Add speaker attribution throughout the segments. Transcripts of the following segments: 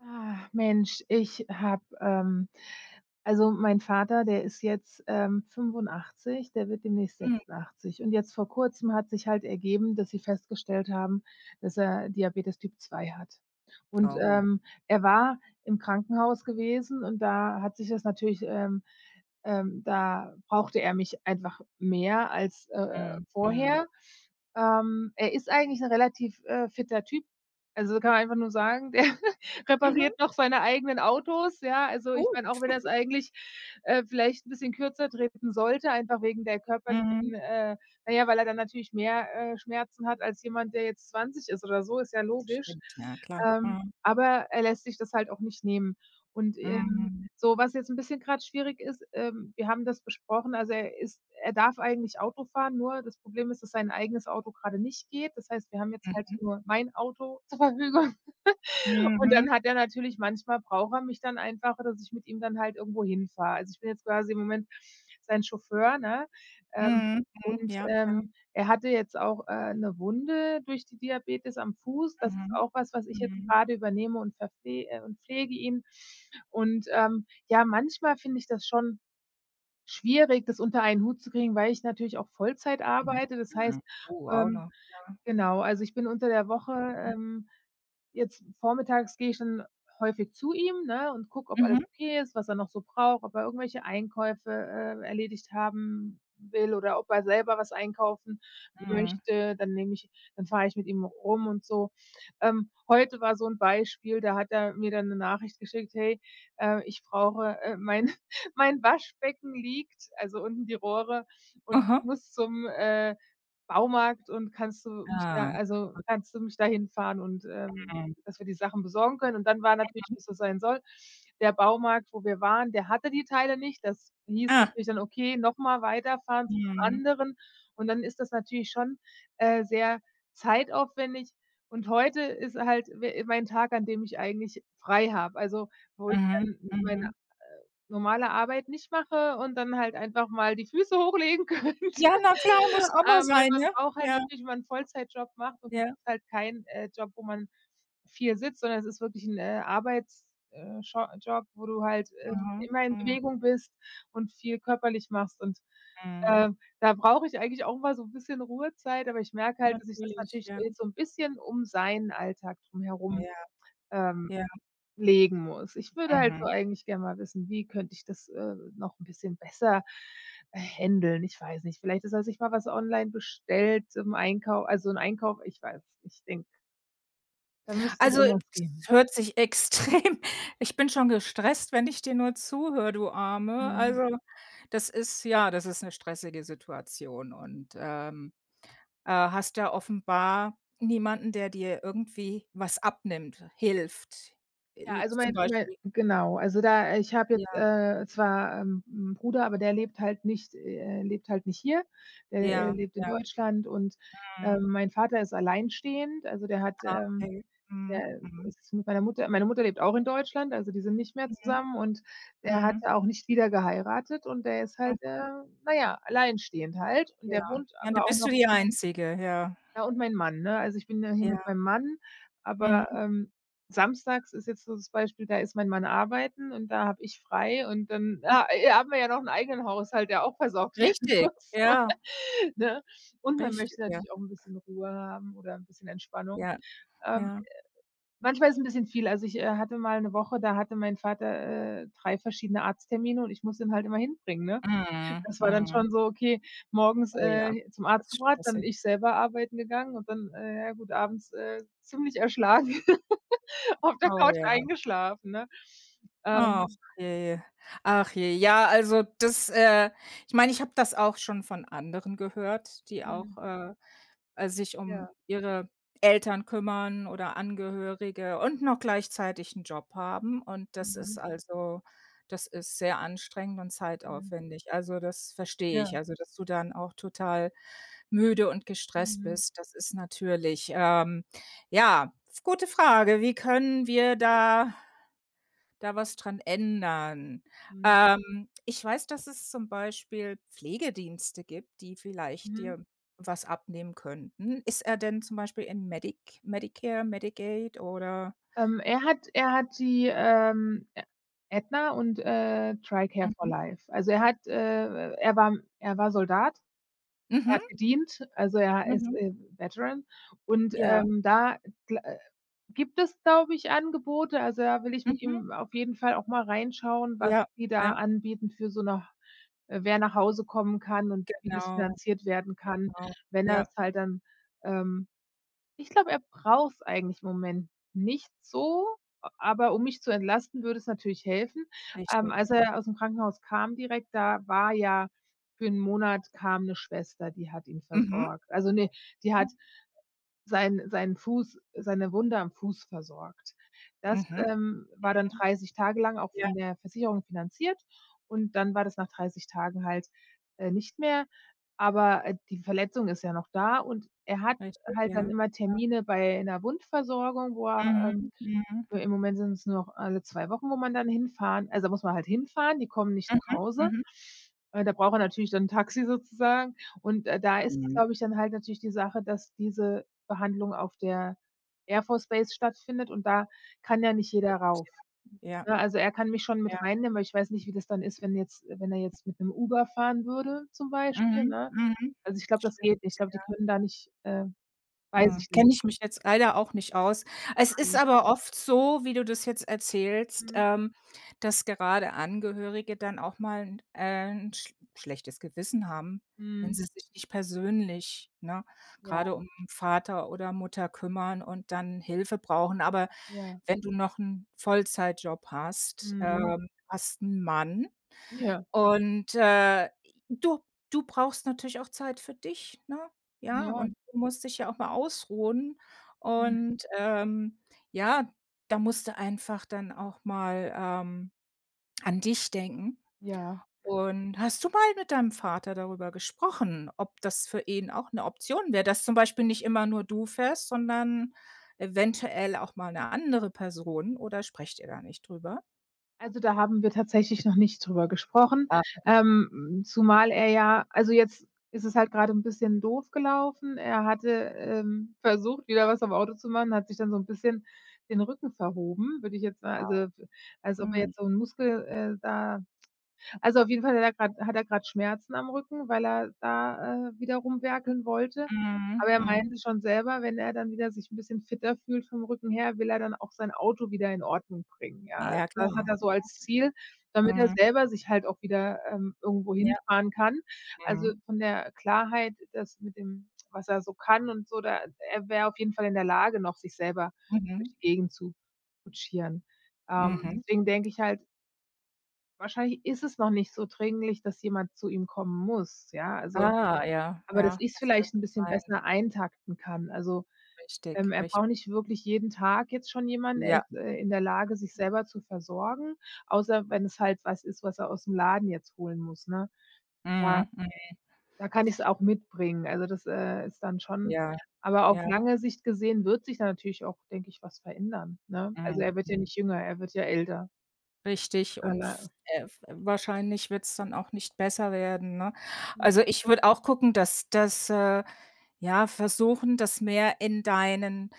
Speaker 1: Ah, Mensch, also, mein Vater, der ist jetzt, 85, der wird demnächst
Speaker 2: Mhm.
Speaker 1: 86. Und jetzt vor Kurzem hat sich halt ergeben, dass sie festgestellt haben, dass er Diabetes Typ 2 hat. Und,
Speaker 2: Oh.
Speaker 1: er war im Krankenhaus gewesen und da hat sich das natürlich, da brauchte er mich einfach mehr als,
Speaker 2: Mhm, mhm.
Speaker 1: vorher. Er ist eigentlich ein relativ, fitter Typ. Also, kann man einfach nur sagen, der
Speaker 2: Mhm.
Speaker 1: repariert noch seine eigenen Autos, ja. Also, ich
Speaker 2: Cool.
Speaker 1: meine, auch wenn er's eigentlich, vielleicht 'n bisschen kürzer treten sollte, einfach wegen der
Speaker 2: Mhm.
Speaker 1: körperlichen äh, na ja, weil er dann natürlich mehr, Schmerzen hat als jemand, der jetzt 20 ist oder so, ist ja logisch.
Speaker 2: Stimmt, ja klar. Mhm.
Speaker 1: Aber er lässt sich das halt auch nicht nehmen. Und,
Speaker 2: Mhm.
Speaker 1: so, was jetzt 'n bisschen grad schwierig ist, wir haben das besprochen, also, er darf eigentlich Auto fahren, nur das Problem ist, dass sein eigenes Auto grade nicht geht. Das heißt, wir haben jetzt halt
Speaker 2: Mhm.
Speaker 1: nur mein Auto zur Verfügung. Und dann
Speaker 2: Mhm.
Speaker 1: hat er natürlich manchmal braucht er mich dann einfach, dass ich mit ihm dann halt irgendwo hinfahre. Also, ich bin jetzt quasi im Moment sein Chauffeur, ne? Ähm,
Speaker 2: Mhm. Mhm. Ja, klar.
Speaker 1: Er hatte jetzt auch, 'ne Wunde durch die Diabetes am Fuß. Das ist
Speaker 2: Mhm.
Speaker 1: auch was, was ich jetzt
Speaker 2: Mhm.
Speaker 1: grade übernehme und pflege ihn. Und, ja, manchmal finde ich das schon schwierig, das unter einen Hut zu kriegen, weil ich natürlich auch Vollzeit
Speaker 2: Mhm.
Speaker 1: arbeite. Das heißt,
Speaker 2: Mhm. Oh, auch
Speaker 1: ähm
Speaker 2: noch.
Speaker 1: genau, also, ich bin unter der Woche, jetzt vormittags gehe ich dann häufig zu ihm, ne, und gucke, ob
Speaker 2: Mhm.
Speaker 1: alles okay ist, was er noch so braucht, ob er irgendwelche Einkäufe, erledigt haben will oder ob er selber was einkaufen
Speaker 2: Mhm.
Speaker 1: möchte. Dann fahre ich mit ihm rum und so. Heute war so ein Beispiel, da hat er mir dann eine Nachricht geschickt: „Hey, ich brauche, mein mein Waschbecken liegt, also unten die Rohre und ich
Speaker 2: Aha.
Speaker 1: muss zum, Baumarkt und kannst du mich da
Speaker 2: Ah,
Speaker 1: also
Speaker 2: okay.
Speaker 1: kannst du mich da hinfahren und,
Speaker 2: Mhm.
Speaker 1: dass wir die Sachen besorgen können.“ Und dann war natürlich, wie es so sein soll, der Baumarkt, wo wir waren, der hatte die Teile nicht. Das hieß
Speaker 2: Ah.
Speaker 1: natürlich dann: „Okay, nochmal weiterfahren zum
Speaker 2: Mhm.
Speaker 1: anderen.“ Und dann ist das natürlich schon, sehr zeitaufwendig. Und heute ist halt we mein Tag, an dem ich eigentlich frei habe, also, wo ich
Speaker 2: Mhm.
Speaker 1: dann meine
Speaker 2: Mhm.
Speaker 1: Normale Arbeit nicht mache und dann halt einfach mal die Füße hochlegen könnte.
Speaker 2: Ja, na klar, muss auch mal
Speaker 1: Weil
Speaker 2: sein,
Speaker 1: man
Speaker 2: ne?
Speaker 1: braucht halt
Speaker 2: Ja,
Speaker 1: natürlich, wenn man 'n Vollzeitjob macht, und das
Speaker 2: ja.
Speaker 1: ist halt kein, Job, wo man viel sitzt, sondern es ist wirklich ein Arbeits scho Job, wo du halt,
Speaker 2: Mhm.
Speaker 1: immer in
Speaker 2: Mhm.
Speaker 1: Bewegung bist und viel körperlich machst und,
Speaker 2: Mhm.
Speaker 1: da brauche ich eigentlich auch mal so ein bisschen Ruhezeit, aber ich merke halt, dass ich das
Speaker 2: Natürlich,
Speaker 1: natürlich
Speaker 2: ja.
Speaker 1: jetzt so ein bisschen um seinen Alltag drumherum,
Speaker 2: Ja,
Speaker 1: ähm
Speaker 2: ja.
Speaker 1: Legen muss. Ich würde halt
Speaker 2: Mhm.
Speaker 1: so eigentlich gerne mal wissen, wie könnte ich das, noch ein bisschen besser, händeln? Ich weiß nicht, vielleicht, ist, dass ich mal was online bestellt im Einkauf. Also, ein Einkauf, ich denke, da müsste doch
Speaker 2: Also,
Speaker 1: irgendwas
Speaker 2: es
Speaker 1: geben.
Speaker 2: hört sich extrem ich bin schon gestresst, wenn ich dir nur zuhöre, du Arme.
Speaker 1: Mhm.
Speaker 2: Also, das ist ja, das ist 'ne stressige Situation und, hast ja offenbar niemanden, der dir irgendwie was abnimmt, hilft.
Speaker 1: Ja,
Speaker 2: L
Speaker 1: also,
Speaker 2: zum
Speaker 1: mein mein
Speaker 2: Beispiel
Speaker 1: genau, also, da ich habe jetzt,
Speaker 2: Ja,
Speaker 1: zwar, 'n Bruder, aber der lebt halt nicht hier. Der,
Speaker 2: ja,
Speaker 1: lebt in
Speaker 2: ja,
Speaker 1: Deutschland und,
Speaker 2: mhm.
Speaker 1: mein Vater ist alleinstehend, also, der hat,
Speaker 2: Ah, okay. Mhm,
Speaker 1: der
Speaker 2: mhm,
Speaker 1: ist mit meiner Mutter, meine Mutter lebt auch in Deutschland, also, die sind nicht mehr
Speaker 2: mhm,
Speaker 1: zusammen und der hat
Speaker 2: mhm,
Speaker 1: auch nicht wieder geheiratet und der ist halt,
Speaker 2: mhm,
Speaker 1: na ja, alleinstehend halt und
Speaker 2: ja.
Speaker 1: der wohnt
Speaker 2: Ja, da
Speaker 1: aber auch
Speaker 2: bist du
Speaker 1: noch
Speaker 2: die Einzige, ja,
Speaker 1: ja, und mein Mann, ne? Also, ich bin ja hier mit
Speaker 2: ja.
Speaker 1: meinem Mann, aber,
Speaker 2: Mhm.
Speaker 1: samstags ist jetzt so das Beispiel, da ist mein Mann arbeiten und da habe ich frei und dann ha haben wir ja noch 'n eigenen Haushalt, der auch versorgt werden
Speaker 2: Richtig,
Speaker 1: muss,
Speaker 2: ja,
Speaker 1: ne? Und man
Speaker 2: richtig,
Speaker 1: möchte
Speaker 2: ja,
Speaker 1: natürlich auch 'n bisschen Ruhe haben oder 'n bisschen Entspannung.
Speaker 2: ja,
Speaker 1: Ähm
Speaker 2: ja.
Speaker 1: Manchmal ist 'n bisschen viel. Also, ich, hatte mal 'ne Woche, da hatte mein Vater, 3 verschiedene Arzttermine und ich musste ihn halt immer hinbringen, ne?
Speaker 2: Mhm,
Speaker 1: Das war dann
Speaker 2: mhm.
Speaker 1: schon so, okay, morgens,
Speaker 2: Oh ja,
Speaker 1: zum
Speaker 2: das
Speaker 1: Arzt
Speaker 2: ist
Speaker 1: gebracht, dann
Speaker 2: stressig.
Speaker 1: ich selber arbeiten gegangen und dann, ja gut, abends, ziemlich erschlagen auf der
Speaker 2: Oh
Speaker 1: Couch
Speaker 2: ja.
Speaker 1: eingeschlafen, ne?
Speaker 2: Ach
Speaker 1: Ähm,
Speaker 2: je. Ach je. Ja, also ich meine, ich habe das auch schon von anderen gehört, die auch,
Speaker 1: mhm,
Speaker 2: sich um
Speaker 1: ja,
Speaker 2: ihre Eltern kümmern oder Angehörige und noch gleichzeitig 'n Job haben und
Speaker 1: mhm,
Speaker 2: das ist sehr anstrengend und
Speaker 1: mhm,
Speaker 2: zeitaufwendig. Also, das verstehe ich,
Speaker 1: ja,
Speaker 2: also, dass du dann auch total müde und gestresst
Speaker 1: mhm,
Speaker 2: bist. Das ist natürlich, ja, gute Frage. Wie können wir da was dran ändern.
Speaker 1: mhm,
Speaker 2: Ich weiß, dass es zum Beispiel Pflegedienste gibt, die vielleicht
Speaker 1: mhm.
Speaker 2: dir was abnehmen könnten. Ist er denn zum Beispiel in Medicare, Medicaid oder.
Speaker 1: Er hat die, Ä Aetna und, TRICARE for
Speaker 2: Mhm.
Speaker 1: Life. Also, er hat er war Soldat, er
Speaker 2: Mhm,
Speaker 1: hat gedient, also, er ist,
Speaker 2: mhm.
Speaker 1: Veteran und,
Speaker 2: Ja.
Speaker 1: da gl gibt es, glaube ich, Angebote. Also, da will ich mit
Speaker 2: Mhm.
Speaker 1: ihm auf jeden Fall auch mal reinschauen, was
Speaker 2: Ja,
Speaker 1: die da
Speaker 2: ja,
Speaker 1: anbieten für so 'ne wer nach Hause kommen kann und wie das
Speaker 2: genau,
Speaker 1: finanziert werden kann,
Speaker 2: genau.
Speaker 1: wenn
Speaker 2: Ja,
Speaker 1: er es halt dann, ähm ich glaube, er braucht's eigentlich im Moment nicht so, a aber um mich zu entlasten, würde es natürlich helfen.
Speaker 2: richtig.
Speaker 1: Als er aus'm Krankenhaus kam direkt, da war ja für 'n Monat kam 'ne Schwester, die hat ihn
Speaker 2: Mhm,
Speaker 1: versorgt. Also, ne, die
Speaker 2: mhm,
Speaker 1: hat seine Wunde am Fuß versorgt. Das,
Speaker 2: mhm.
Speaker 1: war dann 30 Tage lang auch
Speaker 2: Ja,
Speaker 1: von der Versicherung finanziert und dann war das nach 30 Tagen halt, nicht mehr, aber, die Verletzung ist ja noch da und er hat
Speaker 2: richtig,
Speaker 1: halt dann
Speaker 2: ja.
Speaker 1: immer Termine bei einer Wundversorgung, wo er,
Speaker 2: Mhm,
Speaker 1: ähm
Speaker 2: mhm,
Speaker 1: im Moment sind es nur noch alle 2 Wochen, wo man dann hinfahren, also, da muss man halt hinfahren, die kommen nicht nach
Speaker 2: mhm,
Speaker 1: Hause.
Speaker 2: mhm.
Speaker 1: Da braucht er natürlich dann 'n Taxi sozusagen und, da ist es,
Speaker 2: Mhm.
Speaker 1: glaube ich, dann halt natürlich die Sache, dass diese Behandlung auf der Air Force Base stattfindet und da kann ja nicht jeder rauf,
Speaker 2: Ja,
Speaker 1: ne? Also, er kann mich schon mit
Speaker 2: ja.
Speaker 1: reinnehmen, weil ich weiß nicht, wie das dann ist, wenn er jetzt mit 'nem Uber fahren würde zum Beispiel,
Speaker 2: Mhm,
Speaker 1: ne?
Speaker 2: mhm.
Speaker 1: Also, ich glaube, das
Speaker 2: Stimmt.
Speaker 1: geht nicht. Ich glaube, die können da nicht weiß
Speaker 2: Mhm.
Speaker 1: ich nicht.
Speaker 2: Kenne ich mich jetzt leider auch nicht aus. Es
Speaker 1: Gar
Speaker 2: ist
Speaker 1: nicht.
Speaker 2: aber oft so, wie du das jetzt erzählst,
Speaker 1: Mhm.
Speaker 2: dass gerade Angehörige dann auch mal 'n 'n schlechtes Gewissen haben, wenn
Speaker 1: Mhm.
Speaker 2: sie sich nicht persönlich, ne,
Speaker 1: Ja,
Speaker 2: grade um Vater oder Mutter kümmern und dann Hilfe brauchen. Aber
Speaker 1: ja.
Speaker 2: wenn du noch 'n Vollzeitjob hast,
Speaker 1: Mhm.
Speaker 2: hast 'n Mann
Speaker 1: Ja,
Speaker 2: und, du du brauchst natürlich auch Zeit für dich, ne? Ja,
Speaker 1: ja,
Speaker 2: und du musst dich ja auch mal ausruhen.
Speaker 1: mhm,
Speaker 2: Und, ja, da musst du einfach dann auch mal, an dich denken.
Speaker 1: ja.
Speaker 2: Und hast du mal mit deinem Vater darüber gesprochen, ob das für ihn auch eine Option wäre, dass zum Beispiel nicht immer nur du fährst, sondern eventuell auch mal eine andere Person oder sprecht ihr da nicht drüber?
Speaker 1: Also, da haben wir tatsächlich noch nicht drüber gesprochen,
Speaker 2: Ja.
Speaker 1: zumal er ja also, jetzt ist es halt grade 'n bisschen doof gelaufen. Er hatte, versucht, wieder was am Auto zu machen, hat sich dann so 'n bisschen den Rücken verhoben, würde ich jetzt sa also, als ob er
Speaker 2: Mhm,
Speaker 1: jetzt so 'n Muskel, da. Also, auf jeden Fall hat er grad Schmerzen am Rücken, weil er da, wieder rumwerkeln wollte.
Speaker 2: mhm,
Speaker 1: Aber er
Speaker 2: mhm.
Speaker 1: meinte schon selber, wenn er dann wieder sich 'n bisschen fitter fühlt vom Rücken her, will er dann auch sein Auto wieder in Ordnung bringen, ja. Also,
Speaker 2: Ja,
Speaker 1: das hat
Speaker 2: klar.
Speaker 1: er so als Ziel, damit er
Speaker 2: Mhm.
Speaker 1: selber sich halt auch wieder, irgendwo
Speaker 2: Ja.
Speaker 1: hinfahren kann.
Speaker 2: Mhm.
Speaker 1: Also, von der Klarheit, das mit dem, was er so kann und so, da er wäre auf jeden Fall in der Lage, noch sich selber durch
Speaker 2: Mhm.
Speaker 1: die Gegend zu kutschieren.
Speaker 2: Mhm.
Speaker 1: Deswegen denke ich halt, wahrscheinlich ist es noch nicht so dringlich, dass jemand zu ihm kommen muss, ja, also
Speaker 2: Ah, ja,
Speaker 1: aber dass
Speaker 2: ja,
Speaker 1: ich's
Speaker 2: das
Speaker 1: vielleicht
Speaker 2: könnte
Speaker 1: 'n bisschen
Speaker 2: sein.
Speaker 1: besser eintakten kann. Also,
Speaker 2: Richtig,
Speaker 1: er
Speaker 2: richtig.
Speaker 1: braucht nicht wirklich jeden Tag jetzt schon jemanden. Er
Speaker 2: Ja.
Speaker 1: ist, in der Lage, sich selber zu versorgen, außer wenn es halt was ist, was er aus'm Laden jetzt holen muss, ne? Da
Speaker 2: Mhm, mhm.
Speaker 1: Da kann ich's auch mitbringen. Also, das, ist dann schon,
Speaker 2: Ja,
Speaker 1: aber auf
Speaker 2: ja.
Speaker 1: lange Sicht gesehen wird sich da natürlich auch, denke ich, was verändern, ne? Also,
Speaker 2: Mhm,
Speaker 1: er wird ja
Speaker 2: mhm.
Speaker 1: nicht jünger, er wird ja älter.
Speaker 2: Richtig und f f wahrscheinlich wird's dann auch nicht besser werden, ne?
Speaker 1: Mhm.
Speaker 2: Also, ich würde auch gucken, dass, ja, versuchen, das mehr in deinen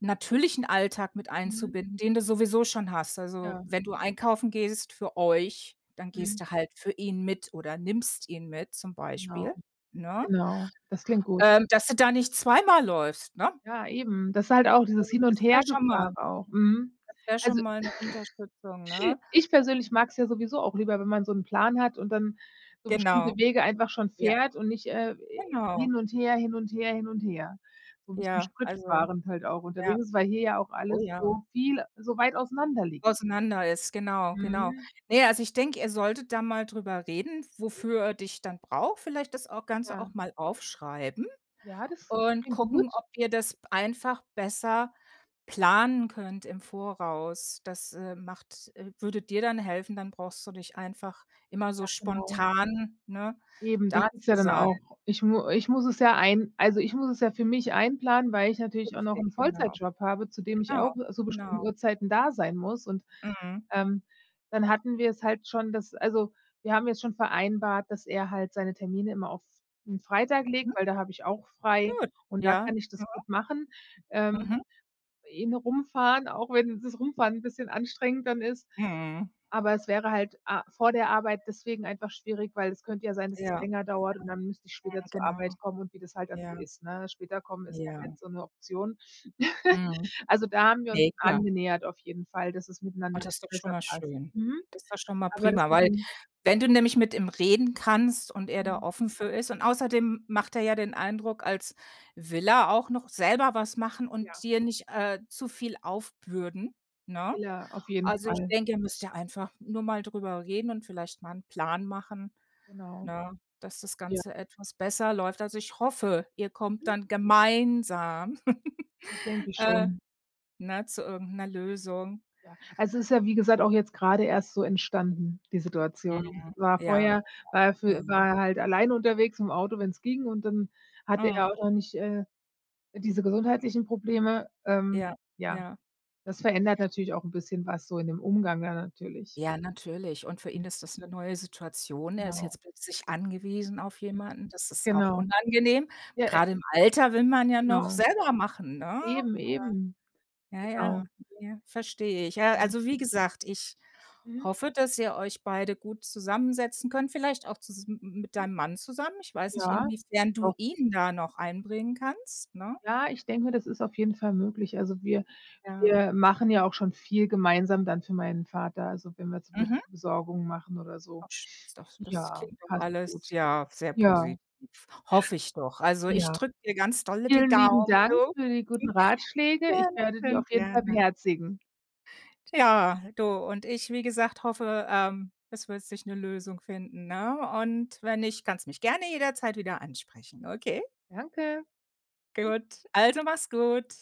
Speaker 2: natürlichen Alltag mit
Speaker 1: Mhm.
Speaker 2: einzubinden, den du sowieso schon hast. Also,
Speaker 1: Ja.
Speaker 2: wenn du einkaufen gehst für euch, dann
Speaker 1: Mhm.
Speaker 2: gehst du halt für ihn mit oder nimmst ihn mit zum
Speaker 1: Genau.
Speaker 2: Beispiel, ne?
Speaker 1: Genau, das klingt gut.
Speaker 2: Dass du da nicht zweimal läufst, ne?
Speaker 1: Ja, eben. Das ist halt auch dieses
Speaker 2: Also,
Speaker 1: Hin und Hergefahren auch. Mhm.
Speaker 2: das wäre schon
Speaker 1: Also,
Speaker 2: mal 'ne Unterstützung, ne?
Speaker 1: ich persönlich mag es ja sowieso auch lieber, wenn man so 'n Plan hat und dann so
Speaker 2: Genau.
Speaker 1: bestimmte Wege einfach schon
Speaker 2: Ja,
Speaker 1: fährt und nicht,
Speaker 2: genau.
Speaker 1: hin und her, hin und her, hin und her. So 'n bisschen
Speaker 2: Ja, also
Speaker 1: spritsparend halt auch
Speaker 2: ja.
Speaker 1: unterwegs ist, weil hier ja auch
Speaker 2: Oh
Speaker 1: alles
Speaker 2: ja.
Speaker 1: so viel, so weit auseinander liegt.
Speaker 2: Auseinander ist, genau, genau.
Speaker 1: Mhm.
Speaker 2: Ne, also ich denke, ihr solltet da mal drüber reden, wofür er dich dann braucht. Vielleicht das auch Ganze
Speaker 1: Ja.
Speaker 2: auch mal aufschreiben.
Speaker 1: Ja, das
Speaker 2: Und
Speaker 1: klingt gut.
Speaker 2: gucken, ob ihr das einfach besser planen könnt im Voraus. Das, macht würde dir dann helfen, dann brauchst du nicht einfach immer so
Speaker 1: Ja, genau.
Speaker 2: spontan, ne,
Speaker 1: Eben, das
Speaker 2: da
Speaker 1: ist
Speaker 2: zu
Speaker 1: ja dann
Speaker 2: sein.
Speaker 1: auch ich mu ich muss es ja ein also, ich muss es ja für mich einplanen, weil ich natürlich auch noch
Speaker 2: Richtig,
Speaker 1: 'n
Speaker 2: genau,
Speaker 1: Vollzeitjob habe, zu dem ich
Speaker 2: genau,
Speaker 1: auch zu
Speaker 2: genau.
Speaker 1: bestimmten Uhrzeiten da sein muss und,
Speaker 2: Mhm.
Speaker 1: ähm, dann hatten wir es halt schon, dass also, wir haben jetzt schon vereinbart, dass er halt seine Termine immer auf 'n Freitag legt,
Speaker 2: Mhm,
Speaker 1: weil da habe ich auch frei
Speaker 2: gut,
Speaker 1: und da
Speaker 2: ja.
Speaker 1: kann ich
Speaker 2: Mhm,
Speaker 1: das gut machen, ähm,
Speaker 2: mhm,
Speaker 1: ihn rumfahren, auch wenn das Rumfahren 'n bisschen anstrengend dann ist.
Speaker 2: mhm.
Speaker 1: Aber es wäre halt a vor der Arbeit deswegen einfach schwierig, weil es könnte ja sein, dass es
Speaker 2: Ja,
Speaker 1: länger dauert und dann müsste ich später zur
Speaker 2: genau.
Speaker 1: Arbeit kommen und wie das halt dann so
Speaker 2: Ja,
Speaker 1: ist, ne? Später kommen ist halt
Speaker 2: ja.
Speaker 1: jetzt so 'ne Option.
Speaker 2: Mhm.
Speaker 1: Also, da haben wir uns
Speaker 2: Ne,
Speaker 1: schon
Speaker 2: klar.
Speaker 1: angenähert auf jeden Fall, dass es
Speaker 2: Ah,
Speaker 1: miteinander
Speaker 2: das ist doch schon
Speaker 1: besser
Speaker 2: mal
Speaker 1: passt.
Speaker 2: schön.
Speaker 1: Mhm.
Speaker 2: Das ist doch schon mal
Speaker 1: Aber das
Speaker 2: prima,
Speaker 1: mit
Speaker 2: weil
Speaker 1: dem,
Speaker 2: wenn du nämlich mit ihm reden kannst und er da
Speaker 1: mhm,
Speaker 2: offen für ist und außerdem macht er ja den Eindruck, als will er auch noch selber was machen und
Speaker 1: ja,
Speaker 2: dir nicht, zu viel aufbürden, ne?
Speaker 1: will er auf jeden
Speaker 2: Also, ich
Speaker 1: Fall.
Speaker 2: denke, ihr müsst ja einfach nur mal drüber reden und vielleicht mal 'n Plan machen,
Speaker 1: Genau.
Speaker 2: ne, dass das
Speaker 1: Ja,
Speaker 2: Ganze etwas besser läuft. Also, ich hoffe, ihr kommt
Speaker 1: mhm,
Speaker 2: dann gemeinsam,
Speaker 1: das denke ich
Speaker 2: äh,
Speaker 1: schon.
Speaker 2: ne, zu irgend 'ner Lösung.
Speaker 1: Ja, also es ist ja, wie gesagt, auch jetzt gerade erst so entstanden, die Situation.
Speaker 2: Mhm.
Speaker 1: War
Speaker 2: Ja,
Speaker 1: vorher war er
Speaker 2: ja.
Speaker 1: für War er halt alleine unterwegs im Auto, wenn's ging, und dann hatte
Speaker 2: Mhm.
Speaker 1: er auch noch nicht, diese gesundheitlichen Probleme.
Speaker 2: Ja,
Speaker 1: Ja,
Speaker 2: ja.
Speaker 1: das verändert natürlich auch 'n bisschen was so in dem Umgang dann natürlich.
Speaker 2: Ja, natürlich. Und für ihn
Speaker 1: Mhm,
Speaker 2: ist das 'ne neue Situation. Er ist
Speaker 1: genau.
Speaker 2: jetzt plötzlich angewiesen auf
Speaker 1: Mhm,
Speaker 2: jemanden. Das ist auch
Speaker 1: genau.
Speaker 2: unangenehm.
Speaker 1: Ja,
Speaker 2: Grade im Alter will man ja noch
Speaker 1: genau.
Speaker 2: selber machen, ne?
Speaker 1: Eben, eben,
Speaker 2: Ja, ja,
Speaker 1: genau.
Speaker 2: ja, verstehe ich. Ja,
Speaker 1: Mhm,
Speaker 2: also, wie gesagt, ich
Speaker 1: mhm,
Speaker 2: hoffe, dass ihr euch beide gut zusammensetzen könnt, vielleicht auch zus m m mit
Speaker 1: mhm.
Speaker 2: deinem Mann zusammen. Ich weiß nicht,
Speaker 1: Ja,
Speaker 2: inwiefern du
Speaker 1: doch.
Speaker 2: ihn da noch einbringen kannst, ne?
Speaker 1: Ja, ich denke, das ist auf jeden Fall möglich.
Speaker 2: Ja.
Speaker 1: Wir machen ja auch schon viel gemeinsam dann für meinen Vater, also, wenn wir zum Beispiel
Speaker 2: Mhm.
Speaker 1: Besorgungen machen oder so.
Speaker 2: Ach, sch ist das
Speaker 1: Ja,
Speaker 2: klingt doch
Speaker 1: passt
Speaker 2: alles,
Speaker 1: gut.
Speaker 2: ja, sehr positiv.
Speaker 1: Ja,
Speaker 2: Hoffe ich doch. Also, ich
Speaker 1: ja.
Speaker 2: drücke dir ganz dolle die
Speaker 1: Vielen lieben
Speaker 2: Daumen,
Speaker 1: Dank
Speaker 2: du.
Speaker 1: für die guten Ratschläge. Ich
Speaker 2: Gerne,
Speaker 1: werde die
Speaker 2: schön
Speaker 1: auf jeden Fall
Speaker 2: gerne.
Speaker 1: beherzigen.
Speaker 2: Ja, du und ich, wie gesagt, hoffe, es wird sich eine Lösung finden, ne? Und wenn nicht, kannst mich gerne jederzeit wieder ansprechen, okay?
Speaker 1: Danke.
Speaker 2: Gut, also mach's gut.